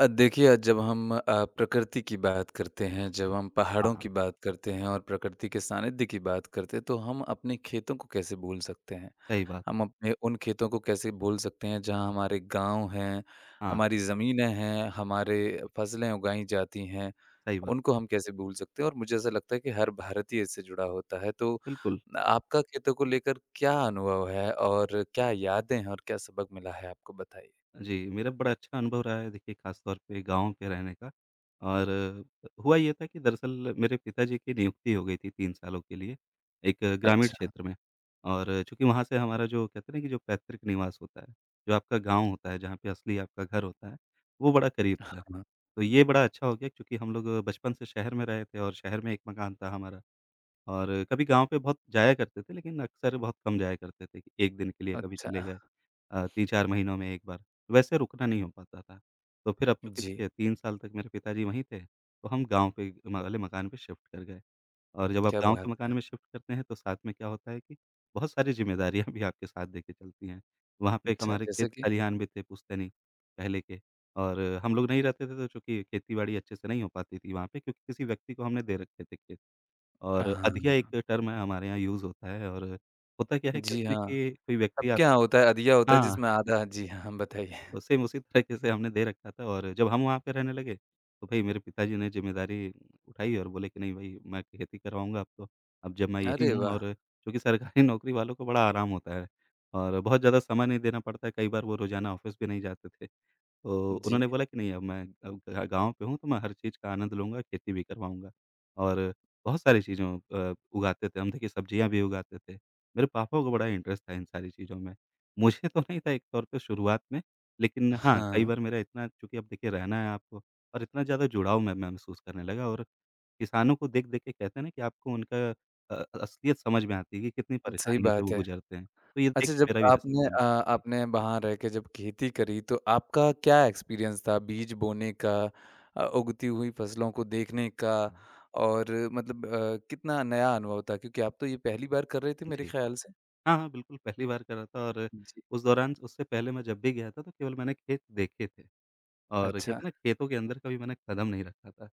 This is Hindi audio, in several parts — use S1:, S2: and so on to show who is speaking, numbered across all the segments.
S1: देखिए जब हम प्रकृति की बात करते हैं, जब हम
S2: हाँ,
S1: पहाड़ों
S2: हाँ,
S1: की बात करते हैं और प्रकृति के सानिध्य की बात करते हैं, तो हम अपने खेतों को कैसे भूल सकते हैं?
S2: सही बात।
S1: हम अपने उन खेतों को कैसे भूल सकते हैं जहाँ हमारे गाँव हैं,
S2: हाँ,
S1: हमारी ज़मीनें हैं, हमारे फसलें उगाई जाती हैं,
S2: सही बात।
S1: उनको हम कैसे भूल सकते हैं? और मुझे ऐसा लगता है कि हर भारतीय इससे जुड़ा होता है, तो
S2: बिल्कुल,
S1: आपका खेतों को लेकर क्या अनुभव है और क्या यादें हैं और क्या सबक मिला है आपको? बताइए।
S2: जी, मेरा बड़ा अच्छा अनुभव रहा है देखिए ख़ास तौर पे गाँव पे रहने का और हुआ ये था कि दरअसल मेरे पिताजी की नियुक्ति हो गई थी 3 सालों के लिए एक ग्रामीण
S1: अच्छा।
S2: क्षेत्र में। और चूँकि वहाँ से हमारा जो कहते हैं ना कि जो पैतृक निवास होता है, जो आपका गाँव होता है, जहाँ पे असली आपका घर होता है, वो बड़ा करीब था।
S1: हाँ,
S2: तो ये बड़ा अच्छा हो गया क्योंकि हम लोग बचपन से शहर में रहे थे और शहर में एक मकान था हमारा। और कभी गाँव पे बहुत जाया करते थे, लेकिन अक्सर बहुत कम जाया करते थे कि 1 दिन के लिए कभी
S1: अच्छा।
S2: चले गए, 3-4 महीनों में 1 बार। वैसे रुकना नहीं हो पाता था। तो फिर अब चूँकि
S1: जी,
S2: देखिए 3 साल तक मेरे पिताजी वहीं थे, तो हम गाँव पे म वाले मकान पे शिफ्ट कर गए। और जब आप
S1: क्या
S2: गाँव
S1: बात
S2: के मकान
S1: है!
S2: में शिफ्ट करते हैं, तो साथ में क्या होता है कि बहुत सारी ज़िम्मेदारियाँ भी आपके साथ देके चलती हैं। वहाँ पे एक
S1: अच्छा,
S2: हमारे
S1: जैसे
S2: खेत
S1: कि
S2: खलिहान भी थे पुश्तैनी पहले के, और हम लोग नहीं रहते थे, तो चूँकि खेती-बाड़ी अच्छे से नहीं हो पाती थी वहाँ पे क्योंकि किसी व्यक्ति को हमने दे रखे थे खेत। और अधिया एक
S1: हाँ,
S2: टर्म है हमारे यहाँ यूज़ होता है, और होता क्या है कि
S1: जी
S2: उसमें
S1: हाँ।
S2: कि कोई
S1: अब
S2: व्यक्ति
S1: क्या
S2: आपके
S1: होता है, अधिया होता है
S2: हाँ,
S1: जिसमें आधा जी हाँ, बताइए।
S2: तो सेम उसी तरीके से हमने दे रखा था। और जब हम वहाँ पे रहने लगे, तो भई मेरे पिताजी ने ज़िम्मेदारी उठाई और बोले कि नहीं भई मैं खेती करवाऊँगा आपको। अब जब मैं यही
S1: अरे
S2: हूँ
S1: वाह!
S2: और चूँकि सरकारी नौकरी वालों को बड़ा आराम होता है और बहुत ज़्यादा समय नहीं देना पड़ता है, कई बार वो रोज़ाना ऑफ़िस भी नहीं जाते थे। तो
S1: जी,
S2: उन्होंने बोला कि नहीं, अब मैं अब गा गाँव पे हूँ तो मैं हर चीज़ का आनंद लूँगा, खेती भी करवाऊँगा और बहुत सारी चीज़ें उगाते थे हम, देखिए सब्जियाँ भी उगाते थे। मेरे पापा को बड़ा इंटरेस्ट था इन सारी चीज़ों में। मुझे तो नहीं था एक तौर पे शुरुआत में, लेकिन हाँ, कई
S1: हाँ,
S2: बार मेरा इतना चूँकि अब देखिए रहना है आपको और इतना ज़्यादा जुड़ाव मैं महसूस करने लगा। और किसानों को देख-देख के कहते हैं ना कि आपको उनका अ, असलियत समझ में आती है कि कितनी
S1: सही
S2: परेशानियों से
S1: बात
S2: वो
S1: है।
S2: गुज़रते हैं। तो ये देख
S1: अच्छा
S2: के
S1: जब
S2: मेरा भी ऐसा
S1: आपने
S2: मन जी।
S1: आपने वहाँ रह के जब खेती करी तो आपका क्या एक्सपीरियंस था बीज बोने का उगती हुई फसलों को देखने का
S2: हाँ,
S1: और मतलब कितना नया अनुभव था? क्योंकि आप तो ये पहली बार कर रहे थे मेरे
S2: जी।
S1: ख़्याल से।
S2: हाँ, हाँ, बिल्कुल पहली बार करा था। और
S1: जी,
S2: उस दौरान उससे पहले मैं जब भी गया था तो केवल मैंने खेत देखे थे, और कहते
S1: अच्छा,
S2: हैं ना खेतों के अंदर कभी मैंने कदम नहीं रखा था।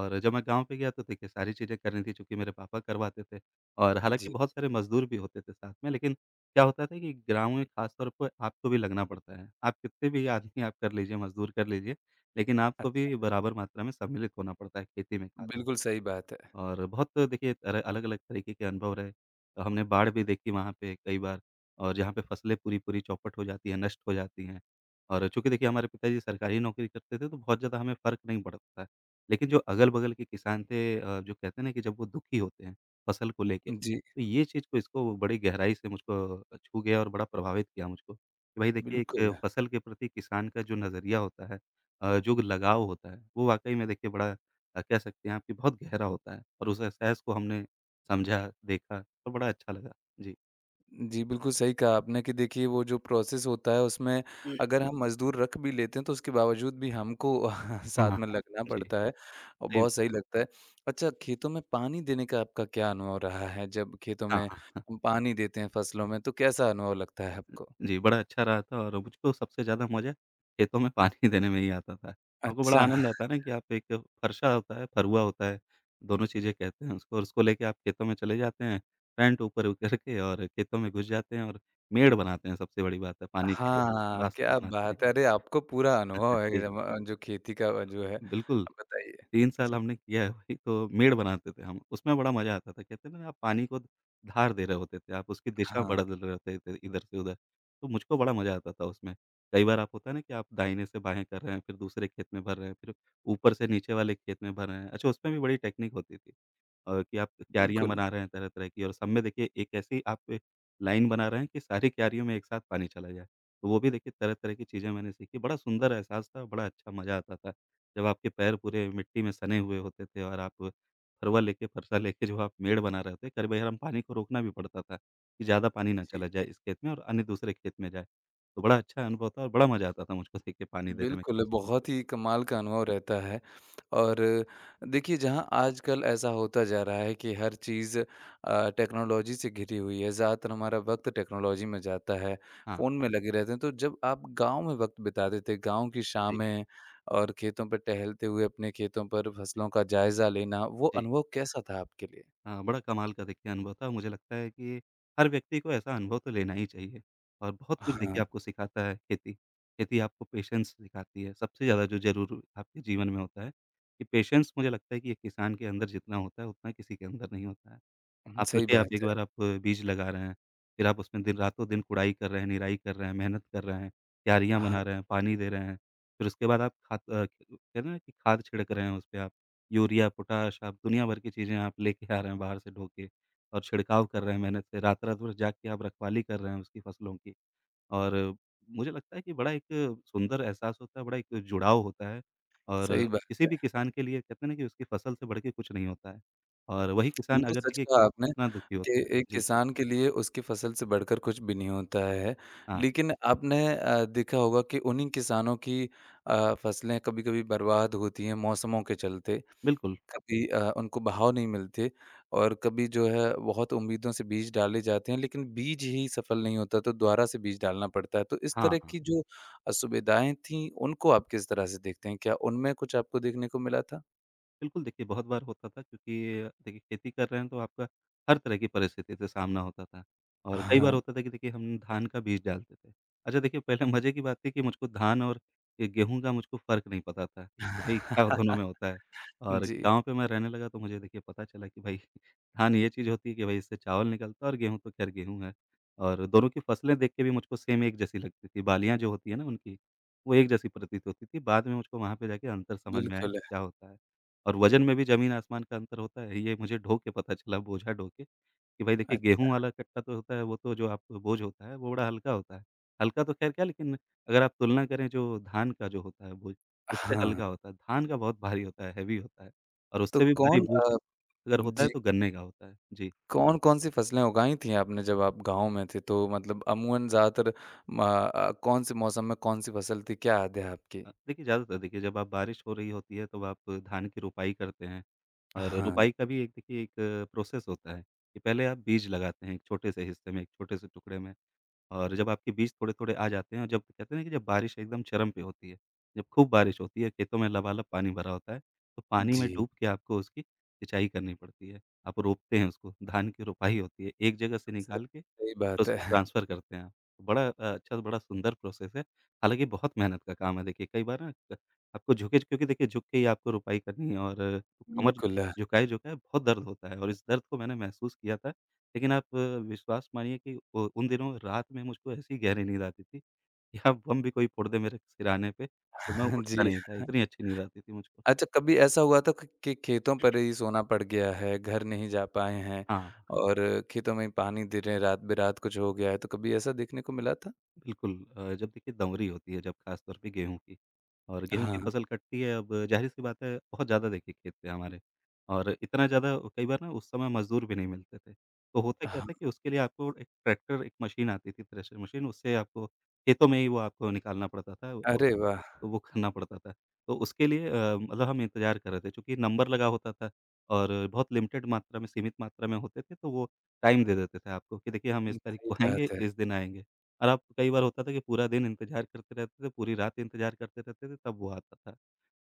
S2: और जब मैं गाँव पे गया तो देखिए सारी चीज़ें करनी थी चूँकि मेरे पापा करवाते थे, और हालाँकि
S1: जी,
S2: बहुत सारे मज़दूर भी होते थे साथ में, लेकिन क्या होता था कि ग्राम में ख़ास तौर पे आपको भी लगना पड़ता है। आप कितने भी आदमी आप कर लीजिए, मज़दूर कर लीजिए, लेकिन आपको
S1: अच्छा।
S2: भी बराबर मात्रा में सम्मिलित होना पड़ता है खेती में ख़ास
S1: बिल्कुल
S2: तौर पे।
S1: सही बात है।
S2: और बहुत देखिए अल अलग-अलग तरीके के अनुभव रहे। तो हमने बाढ़ भी देखी वहाँ पे कई बार, और जहाँ पे फसलें पूरी-पूरी चौपट हो जाती हैं, नष्ट हो जाती हैं। और चूँकि देखिए हमारे पिताजी सरकारी नौकरी करते थे तो बहुत ज़्यादा हमें फ़र्क नहीं पड़ता था। लेकिन जो अगल-बगल के किसान थे जो कहते हैं ना कि जब वो दुखी होते हैं फसल को लेके,
S1: जी,
S2: तो ये चीज़ को इसको बड़ी गहराई से मुझको छू गया और बड़ा प्रभावित किया मुझको कि भाई देखिए
S1: बिल्कुल।
S2: एक फसल के प्रति किसान का जो नज़रिया होता है, जो लगाव होता है, वो वाक़ई में देखिए बड़ा, कह सकते हैं आप कि बहुत गहरा होता है, और उस एहसास को हमने समझा, देखा तो बड़ा अच्छा लगा। जी।
S1: जी, बिल्कुल सही कहा आपने कि देखिए वो जो प्रोसेस होता है उसमें
S2: हुँ।
S1: अगर हम मज़दूर रख भी लेते हैं तो उसके बावजूद भी हमको साथ
S2: हाँ,
S1: में लगना
S2: जी,
S1: पड़ता है और
S2: सही
S1: बहुत
S2: बात।
S1: सही लगता है। अच्छा खेतों में पानी देने का आपका क्या अनुभव रहा है? जब खेतों
S2: हाँ,
S1: में
S2: हाँ, हाँ।
S1: हम पानी देते हैं फसलों में तो कैसा अनुभव लगता है आपको?
S2: जी, बड़ा अच्छा रहा था और मुझको सबसे ज़्यादा मज़ा खेतों में पानी देने में ही आता था। हमको बड़ा
S1: अच्छा,
S2: आनंद आता है ना कि आप एक फरसा होता है, फरुआ होता है, दोनों चीज़ें कहते हैं उसको, और उसको लेके आप खेतों में चले जाते हैं, पैंट ऊपर कर के और खेतों में घुस जाते हैं, और मेड़ बनाते हैं। सबसे बड़ी बात है पानी के लिए, हम
S1: हाँ,
S2: रास्ता
S1: क्या
S2: बनाते
S1: बात
S2: हैं।
S1: है! अरे आपको पूरा अनुभव है कि
S2: जी,
S1: जब जो खेती का जो है
S2: बिल्कुल।
S1: बताइए।
S2: 3 साल
S1: जी,
S2: हमने किया है वही, तो मेड़ बनाते थे हम, उसमें बड़ा मज़ा आता था। कहते हैं ना, आप पानी को धार दे रहे होते थे, आप उसकी दिशा
S1: हाँ,
S2: बदल रहे होते थे इधर से उधर, तो मुझको बड़ा मज़ा आता था उसमें। कई बार आप होता है ना कि आप दाहिने से बाएँ कर रहे हैं, फिर दूसरे खेत में भर रहे हैं, फिर ऊपर से नीचे वाले खेत में भर रहे हैं। अच्छा, उसमें भी बड़ी टेक्निक होती थी, कि आप क्यारियाँ
S1: बिल्कुल।
S2: बना रहे हैं तरह-तरह की और सब में देखिए एक ऐसी आप लाइन बना रहे हैं कि सारी क्यारियों में एक साथ पानी चला जाए। तो वो भी देखिए तरह-तरह की चीज़ें मैंने सीखी, बड़ा सुंदर एहसास था, बड़ा अच्छा मज़ा आता था। जब आपके पैर पूरे मिट्टी में सने हुए होते थे और आप फरवा लेके फरसा लेके जो आप मेड़ बना रहे थे, कई बार हम पानी को रोकना भी पड़ता था कि ज़्यादा पानी ना
S1: जी।
S2: चला जाए इस खेत में और अन्य दूसरे खेत में जाए। तो बड़ा अच्छा अनुभव था और बड़ा मज़ा आता था मुझको देखिए पानी देने में
S1: बिल्कुल,
S2: ख़ास तौर पे।
S1: बहुत ही कमाल का
S2: जी।
S1: अनुभव रहता है और देखिए जहाँ आजकल ऐसा होता जा रहा है कि हर चीज़ टेक्नोलॉजी से घिरी हुई है, ज़्यादातर हमारा वक़्त टेक्नोलॉजी में जाता है,
S2: हाँ।
S1: फ़ोन में लगे रहते हैं, तो जब आप गाँव में वक़्त बिताते थे, गाँव की
S2: जी,
S1: शामें और खेतों पर टहलते हुए अपने खेतों पर फसलों का जायज़ा लेना, वो
S2: जी।
S1: अनुभव कैसा था आपके लिए?
S2: हाँ, बड़ा कमाल का देखिए अनुभव था। मुझे लगता है कि हर व्यक्ति को ऐसा अनुभव तो लेना ही चाहिए, और बहुत कुछ देखिए
S1: हाँ,
S2: आपको सिखाता है खेती। खेती आपको पेशेंस सिखाती है, सबसे ज़्यादा जो ज़रूर आपके जीवन में होता है कि पेशेंस मुझे लगता है कि एक किसान के अंदर जितना होता है, उतना किसी के अंदर नहीं होता है। आप
S1: सही
S2: सोचिए, आप
S1: बात
S2: एक
S1: है।
S2: बार आप बीज लगा रहे हैं, फिर आप उसमें दिन रातों-दिन कुड़ाई कर रहे हैं, निराई कर रहे हैं, मेहनत कर रहे हैं, क्यारियाँ
S1: हाँ,
S2: बना रहे हैं, पानी दे रहे हैं, फिर उसके बाद आप खाद कहते हैं ना कि खाद छिड़क रहे हैं उस पे आप, यूरिया, पोटाश, आप दुनिया भर की चीज़ें आप लेके आ रहे हैं बाहर से ढो के, और छिड़काव कर रहे हैं मेहनत से, रात-रात भर जाग के आप रखवाली कर रहे हैं उसकी फसलों की। और मुझे लगता है कि बड़ा एक सुंदर एहसास होता है, बड़ा एक जुड़ाव होता है, और
S1: सही बात
S2: किसी
S1: है।
S2: भी किसान के लिए कहते हैं ना कि उसकी फसल से बढ़ के कुछ नहीं होता है, और वही किसान
S1: बिल्कुल
S2: अगर
S1: सच
S2: देखिए
S1: कहा आपने
S2: कितना दुखी
S1: कि
S2: होता है।
S1: एक
S2: जी,
S1: किसान के लिए उसकी फसल से बढ़कर कुछ भी नहीं होता है।
S2: हाँ,
S1: लेकिन आपने देखा होगा कि उन्हीं किसानों की फसलें कभी-कभी बर्बाद होती हैं मौसमों के चलते।
S2: बिल्कुल।
S1: कभी उनको बहाव नहीं मिलते और कभी जो है बहुत उम्मीदों से बीज डाले जाते हैं लेकिन बीज ही सफल नहीं होता तो दोबारा से बीज डालना पड़ता है। तो इस
S2: हाँ,
S1: तरह
S2: हाँ।
S1: की जो असुविधाएँ थीं उनको आप किस तरह से देखते हैं? क्या उनमें कुछ आपको देखने को मिला था?
S2: बिल्कुल, देखिए बहुत बार होता था क्योंकि देखिए खेती कर रहे हैं तो आपका हर तरह की परिस्थिति से सामना होता था, और कई
S1: हाँ।
S2: बार होता था कि देखिए हम धान का बीज डालते थे। अच्छा, देखिए पहले मज़े की बात थी कि मुझको धान और ये गेहूँ का मुझको फ़र्क नहीं पता था कि भई क्या दोनों में होता है, और
S1: जी,
S2: गाँव पे मैं रहने लगा तो मुझे देखिए पता चला कि भाई धान ये चीज़ होती है कि भई इससे चावल निकलता है और गेहूँ तो ख़ैर गेहूँ है, और दोनों की फसलें देख के भी मुझको सेम एक जैसी लगती थी, बालियाँ जो होती है ना उनकी, वो एक जैसी प्रतीत होती थी। बाद में मुझको वहाँ पे जाके अंतर समझ में आया
S1: बिल्कुल।
S2: कि
S1: है।
S2: क्या होता है। और वज़न में भी ज़मीन-आसमान का अंतर होता है, ये मुझे ढो के पता चला, बोझा ढो के, कि भाई देखिए गेहूँ
S1: अच्छा।
S2: वाला कट्टा तो होता है, वो तो जो आपको बोझ होता है, वो बड़ा हल्का होता है। हल्का तो ख़ैर क्या, लेकिन अगर आप तुलना करें जो धान का जो होता है बोझ, उससे
S1: हाँ,
S2: हल्का होता है। धान का बहुत भारी होता है, हेवी होता है, और
S1: तो
S2: उससे भी भारी
S1: कौन
S2: बोझ अगर होता है
S1: जी,
S2: तो गन्ने का होता है। जी।
S1: कौन-कौन सी फसलें उगाई थी आपने जब आप गाँव में थे? तो मतलब अमूमन ज़्यादातर म कौन-से मौसम में कौन-सी फसल थी, क्या याद है आपकी?
S2: देखिए, ज़्यादातर देखिए जब आप बारिश हो रही होती है, तब आप धान की रोपाई करते हैं, और
S1: हाँ,
S2: रोपाई का भी एक देखिए एक प्रोसेस होता है कि पहले आप बीज लगाते हैं एक छोटे से हिस्से में, एक छोटे से टुकड़े में। और जब आपके बीज थोड़े-थोड़े आ जाते हैं और जब कहते हैं ना कि जब बारिश एकदम चरम पे होती है, जब खूब बारिश होती है, खेतों में लबालब पानी भरा होता है, तो पानी में
S1: जी,
S2: डूब के आपको उसकी सिंचाई करनी पड़ती है। आप रोपते हैं उसको, धान की रोपाई होती है, एक जगह से
S1: सही
S2: निकाल के
S1: सही
S2: तो
S1: बात
S2: उसको
S1: है।
S2: ट्रांसफ़र करते हैं आप। तो बड़ा अच्छा बड़ा सुंदर प्रोसेस है। हालाँकि बहुत मेहनत का काम है देखिए, कई बार ना क आपको झुके क्योंकि देखिए झुक के ही आपको रोपाई करनी है, और कमर
S1: बिल्कुल,
S2: झुकाए-झुकाए बहुत दर्द होता है और इस दर्द को मैंने महसूस किया था। लेकिन आप विश्वास मानिए कि उ उन दिनों रात में मुझको ऐसी गहरी नींद आती थी कि अब बम भी कोई फोड़ दे मेरे सिरहाने पे, तो मैं उठता
S1: जी।
S2: नहीं था,
S1: हाँ।
S2: इतनी अच्छी नींद आती थी मुझको।
S1: अच्छा, कभी ऐसा हुआ था क कि खेतों पर ही सोना पड़ गया है, घर नहीं जा पाए हैं
S2: हाँ।
S1: और खेतों में ही पानी दे रहे हैं, रात-बेरात कुछ हो गया है, तो कभी ऐसा देखने को मिला था?
S2: बिल्कुल जब देखिए दमरी होती है जब ख़ास तौर पे गेहूँ की और जी। गेहूँ की
S1: हाँ,
S2: फ़सल कटती है अब ज़ाहिर-सी बात है बहुत ज़्यादा देखिए खेत थे हमारे और इतना ज़्यादा कई बार ना उस समय मज़दूर भी नहीं मिलते थे। तो होता क्या
S1: हाँ।
S2: था कि उसके लिए आपको एक ट्रैक्टर, एक मशीन आती थी थ्रेशर मशीन उससे आपको खेतों में ही वो आपको निकालना पड़ता था।
S1: अरे वाह!
S2: तो वो करना पड़ता था। तो उसके लिए मतलब हम इंतज़ार कर रहे थे क्योंकि नंबर लगा होता था और बहुत लिमिटेड मात्रा में, सीमित मात्रा में होते थे, तो वो टाइम दे देते थे आपको कि देखिए हम
S1: हुँ,
S2: इस तारीख
S1: सही
S2: को आएँगे,
S1: बात है।
S2: इस दिन आएँगे और आप कई बार होता था कि पूरा दिन इंतज़ार करते रहते थे, पूरी रात इंतज़ार करते रहते थे, तब वो आता था।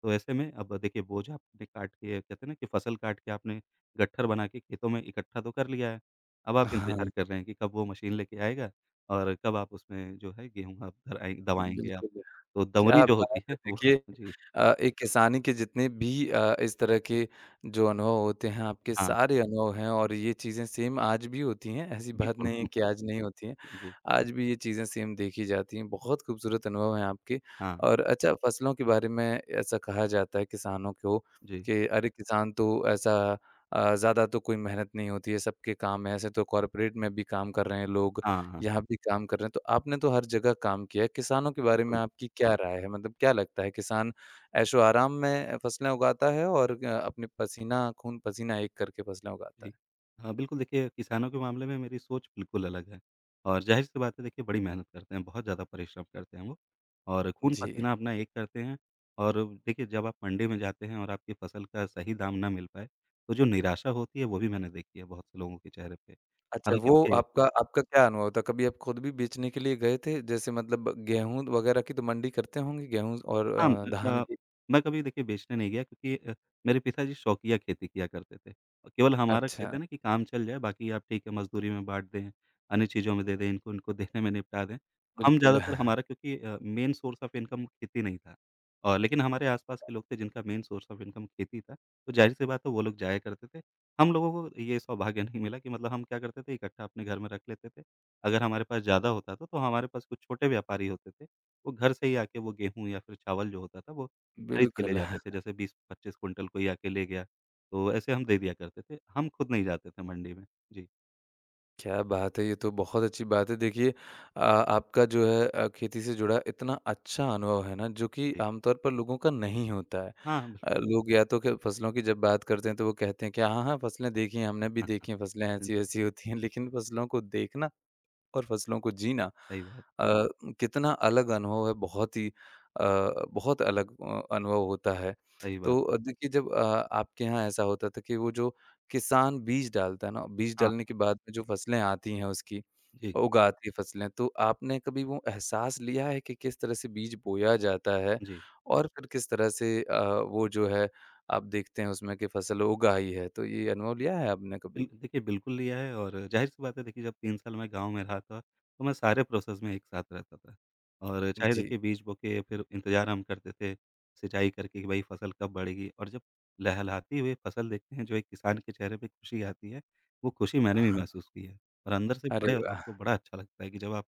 S2: तो ऐसे में अब देखिए बोझ आपने काट के कहते हैं ना कि फसल काट के आपने गट्ठर बना के खेतों में इकट्ठा तो कर लिया है। अब आप
S1: हाँ।
S2: इंतज़ार कर रहे हैं कि कब वो मशीन लेके आएगा और कब आप उसमें जो है गेहूँ आप धराएँ दबाएँगे आप।
S1: बिल्कुल,
S2: तो
S1: क्या
S2: दमरी जो
S1: बात
S2: होती
S1: है!
S2: है वो
S1: देखिए
S2: जी,
S1: एक किसानी के जितने भी इस तरह के जो अनुभव होते हैं, आपके
S2: हाँ,
S1: सारे अनुभव हैं और ये चीज़ें सेम आज भी होती हैं, ऐसी बात
S2: बिल्कुल।
S1: नहीं है कि आज नहीं होती हैं।
S2: जी,
S1: आज भी ये चीज़ें सेम देखी जाती हैं, बहुत खूबसूरत अनुभव हैं आपके।
S2: हाँ,
S1: और अच्छा फसलों के बारे में ऐसा कहा जाता है किसानों को
S2: जी।
S1: कि अरे! किसान तो ऐसा ज़्यादा तो कोई मेहनत नहीं होती है, सबके काम है, ऐसे तो कॉर्पोरेट में भी काम कर रहे हैं लोग
S2: हाँ, हाँ,
S1: यहाँ भी काम कर रहे हैं, तो आपने तो हर जगह काम किया है, किसानों के बारे में
S2: बिल्कुल।
S1: आपकी क्या राय है? मतलब क्या लगता है किसान ऐशो-आराम में फसलें उगाता है और अपने पसीना खून-पसीना एक करके फसलें उगाता
S2: जी।
S1: है?
S2: हाँ, बिल्कुल देखिए किसानों के मामले में मेरी सोच बिल्कुल अलग है और ज़ाहिर-सी बात है देखिए बड़ी मेहनत करते हैं, बहुत ज़्यादा परिश्रम करते हैं वो और
S1: जी।
S2: खून-पसीना अपना एक करते हैं और देखिए जब आप मंडी में जाते हैं और आपकी फ़सल का सही दाम ना मिल पाए, तो जो निराशा होती है वो भी मैंने देखी है बहुत से लोगों के चेहरे पे।
S1: अच्छा
S2: हालाँकि
S1: वो
S2: देखिए
S1: आपका आपका क्या अनुभव था? कभी आप खुद भी बेचने के लिए गए थे? जैसे मतलब गेहूँ वगैरह की तो मंडी करते होंगे गेहूँ और
S2: हाँ,
S1: धान की?
S2: मैं कभी देखिए बेचने नहीं गया क्योंकि मेरे पिताजी शौकिया खेती किया करते थे। और केवल हमारा
S1: अच्छा,
S2: कहते हैं ना कि काम चल जाए बाकी आप ठीक है मज़दूरी में बाँट दें, अन्य चीज़ों में दे दें, इनको इनको देने में निपटा दें। हम
S1: बिल्कुल।
S2: ज़्यादातर हमारा क्योंकि मेन सोर्स ऑफ इनकम खेती नहीं था और लेकिन हमारे आस-पास के लोग थे जिनका मेन सोर्स ऑफ इनकम खेती था, तो ज़ाहिर-सी बात है वो लोग जाया करते थे। हम लोगों को ये सौभाग्य नहीं मिला कि मतलब हम क्या करते थे इकट्ठा अपने घर में रख लेते थे। अगर हमारे पास ज़्यादा होता था तो हमारे पास कुछ छोटे व्यापारी होते थे वो घर से ही आके वो गेहूँ या फिर चावल जो होता था वो खरीद के ले
S1: बिल्कुल।
S2: जाते थे। जैसे 20-25 क्विंटल कोई आके ले गया, तो ऐसे हम दे दिया करते थे। हम खुद नहीं जाते थे मंडी में। जी,
S1: क्या बात है! ये तो बहुत अच्छी बात है। देखिए आपका जो है खेती से जुड़ा इतना अच्छा अनुभव है ना, जो कि
S2: जी।
S1: आमतौर पर लोगों का नहीं होता है।
S2: हाँ, बिल्कुल।
S1: लोग या तो क फसलों की जब बात करते हैं, तो वो कहते हैं कि हाँ, हाँ, फसलें देखी हैं, हमने भी
S2: हाँ, हाँ।
S1: देखी हैं, फसलें
S2: जी,
S1: ऐसी-वैसी होती हैं। लेकिन फसलों को देखना और फसलों को जीना
S2: सही बात,
S1: अ, हुँ। कितना अलग अनुभव है, बहुत ही अ, बहुत अलग अनुभव होता है।
S2: सही बात।
S1: तो देखिए जब आपके यहाँ ऐसा होता था कि वो जो किसान बीज डालता है ना, बीज
S2: हाँ,
S1: डालने के
S2: हाँ।
S1: बाद में जो फसलें आती हैं उसकी,
S2: जी,
S1: उगाती है फसलें, तो आपने कभी वो एहसास लिया है कि किस तरह से बीज बोया जाता है
S2: जी।
S1: और फिर किस तरह से वो जो है आप देखते हैं उसमें कि फसल उगाई है, तो ये अनुभव लिया है आपने
S2: बिल
S1: कभी?
S2: देखिए, बिल्कुल लिया है और ज़ाहिर-सी बात है देखिए जब 3 साल मैं गाँव में रहा था, तो मैं सारे प्रोसेस में एक साथ रहता था। और चाहे
S1: जी।
S2: देखिए बीज बो के फिर इंतज़ार हम करते थे, सिंचाई करके कि भई फसल कब बढ़ेगी और जब लहलहाती हुई फसल देखते हैं जो एक किसान के चेहरे पे खुशी आती है, वो खुशी मैंने भी
S1: हाँ,
S2: महसूस की है। और अंदर से
S1: अरे
S2: बड़े
S1: वाह!
S2: आपको बड़ा अच्छा लगता है कि जब आप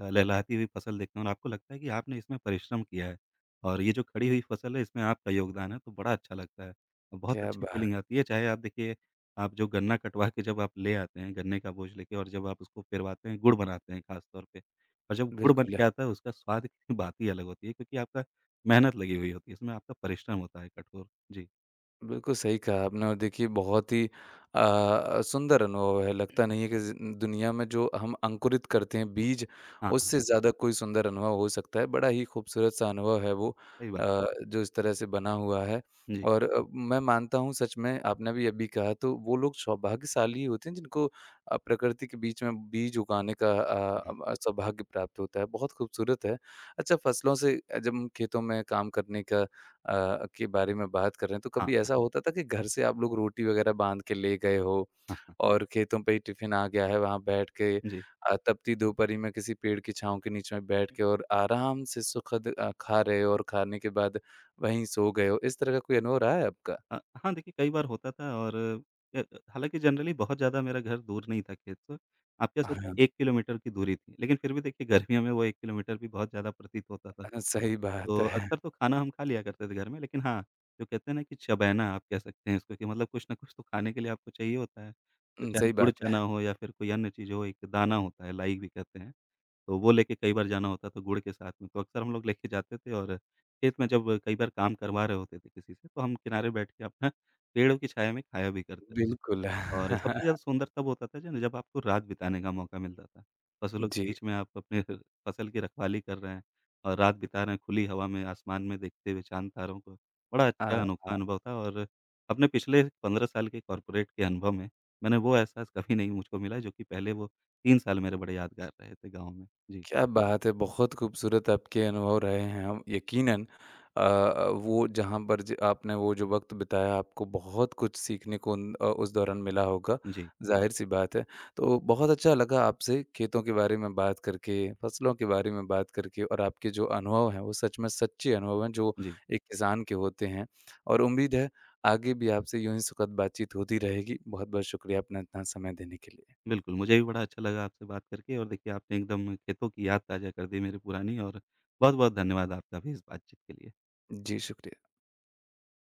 S2: लहलहाती हुई फसल देखते हैं और आपको लगता है कि आपने इसमें परिश्रम किया है और ये जो खड़ी हुई फसल है इसमें आपका योगदान है, तो बड़ा अच्छा लगता है। और बहुत
S1: क्या
S2: अच्छी
S1: बात!
S2: फीलिंग आती है, चाहे आप देखिए आप जो गन्ना कटवा के जब आप ले आते हैं, गन्ने का बोझ लेके और जब आप उसको फिरवाते हैं, गुड़ बनाते हैं खास तौर पे और जब गुड़ बन
S1: बिल्कुल,
S2: के आता है उसका स्वाद की बात ही अलग होती है क्योंकि आपका मेहनत लगी हुई होती है, इसमें आपका परिश्रम होता है कठोर। जी।
S1: बिल्कुल सही कहा आपने और देखिए बहुत ही सुंदर अनुभव है, लगता नहीं है कि ज़ि दुनिया में जो हम अंकुरित करते हैं बीज,
S2: हाँ, हाँ,
S1: उससे ज़्यादा कोई सुंदर अनुभव हो सकता है, बड़ा ही खूबसूरत-सा अनुभव है वो
S2: सही बात।
S1: जो इस तरह से बना हुआ है
S2: जी।
S1: और मैं मानता हूँ सच में आपने भी अभी कहा तो वो लोग सौभाग्यशाली होते हैं जिनको प्रकृति के बीच में बीज उगाने का
S2: हाँ, हाँ,
S1: सौभाग्य प्राप्त होता है, बहुत खूबसूरत है। अच्छा फसलों से जब हम खेतों में काम करने का के बारे में बात कर रहे हैं, तो
S2: हाँ,
S1: कभी ऐसा होता था कि घर से आप लोग रोटी वगैरह बाँध के ले गए हो
S2: हाँ, हाँ,
S1: और खेतों पे ही टिफ़िन आ गया है, वहाँ बैठ के
S2: जी।
S1: तपती दोपहरी में किसी पेड़ की छाँव के नीचे में बैठ के और आराम से सुखद खा रहे हो और खाने के बाद वहीं सो गए हो, इस तरह का कोई अनुभव रहा है आपका?
S2: हाँ, देखिए कई बार होता था और अ, हालाँकि जनरली बहुत ज़्यादा मेरा घर दूर नहीं था खेत से, आप कह
S1: हाँ,
S2: सकते हैं 1 किलोमीटर की दूरी थी, लेकिन फिर भी देखिए गर्मियों में वो 1 किलोमीटर भी बहुत ज़्यादा प्रतीत होता था।
S1: सही बात
S2: तो
S1: है।
S2: अक्सर तो खाना हम खा लिया करते थे घर में, लेकिन हाँ, जो कहते हैं ना कि चबैना आप कह सकते हैं इसको कि मतलब कुछ ना कुछ तो खाने के लिए आपको चाहिए होता है। तो चाहे
S1: सही
S2: गुड़
S1: बात है।
S2: चना हो या फिर कोई अन्य चीज़ हो, एक दाना होता है, लाई भी कहते हैं। तो वो लेके कई बार जाना होता था गुड़ के साथ में, तो अक्सर हम लोग लेके जाते थे और खेत में जब कई बार काम करवा रहे होते थे किसी से, तो हम किनारे बैठ के अपना पेड़ों की छाया में खाया भी करते थे।
S1: बिल्कुल।
S2: और सबसे ज़्यादा सुंदर तब होता था जन जब आपको रात बिताने का मौका मिलता था। फसलों के
S1: जी।
S2: बीच में आप अपने फसल की रखवाली कर रहे हैं और रात बिता रहे हैं खुली हवा में, आसमान में देखते हुए चाँद-तारों को। बड़ा अच्छा अनोखा
S1: हाँ।
S2: अनुभव था और अपने पिछले 15 साल के कॉर्पोरेट के अनुभव में मैंने वो एहसास कभी नहीं मुझको मिला जो कि पहले वो 3 साल मेरे बड़े यादगार रहे थे गाँव में। जी,
S1: क्या बात है! बहुत खूबसूरत आपके अनुभव रहे हैं। हम यकीनन वो जहाँ पर ज आपने वो जो वक़्त बिताया आपको बहुत कुछ सीखने को उन उस दौरान मिला होगा,
S2: जी,
S1: ज़ाहिर-सी बात है। तो बहुत अच्छा लगा आपसे खेतों के बारे में बात करके, फसलों के बारे में बात करके और आपके जो अनुभव हैं, वो सच में सच्चे अनुभव हैं जो
S2: जी।
S1: एक किसान के होते हैं। और उम्मीद है आगे भी आपसे यूँ ही सुखद बातचीत होती रहेगी। बहुत-बहुत शुक्रिया अपना इतना समय देने के लिए।
S2: बिल्कुल, मुझे भी बड़ा अच्छा लगा आपसे बात करके और देखिए आपने एकदम खेतों की याद ताज़ा कर दी मेरी पुरानी और बहुत-बहुत धन्यवाद आपका भी इस बातचीत के लिए।
S1: जी, शुक्रिया।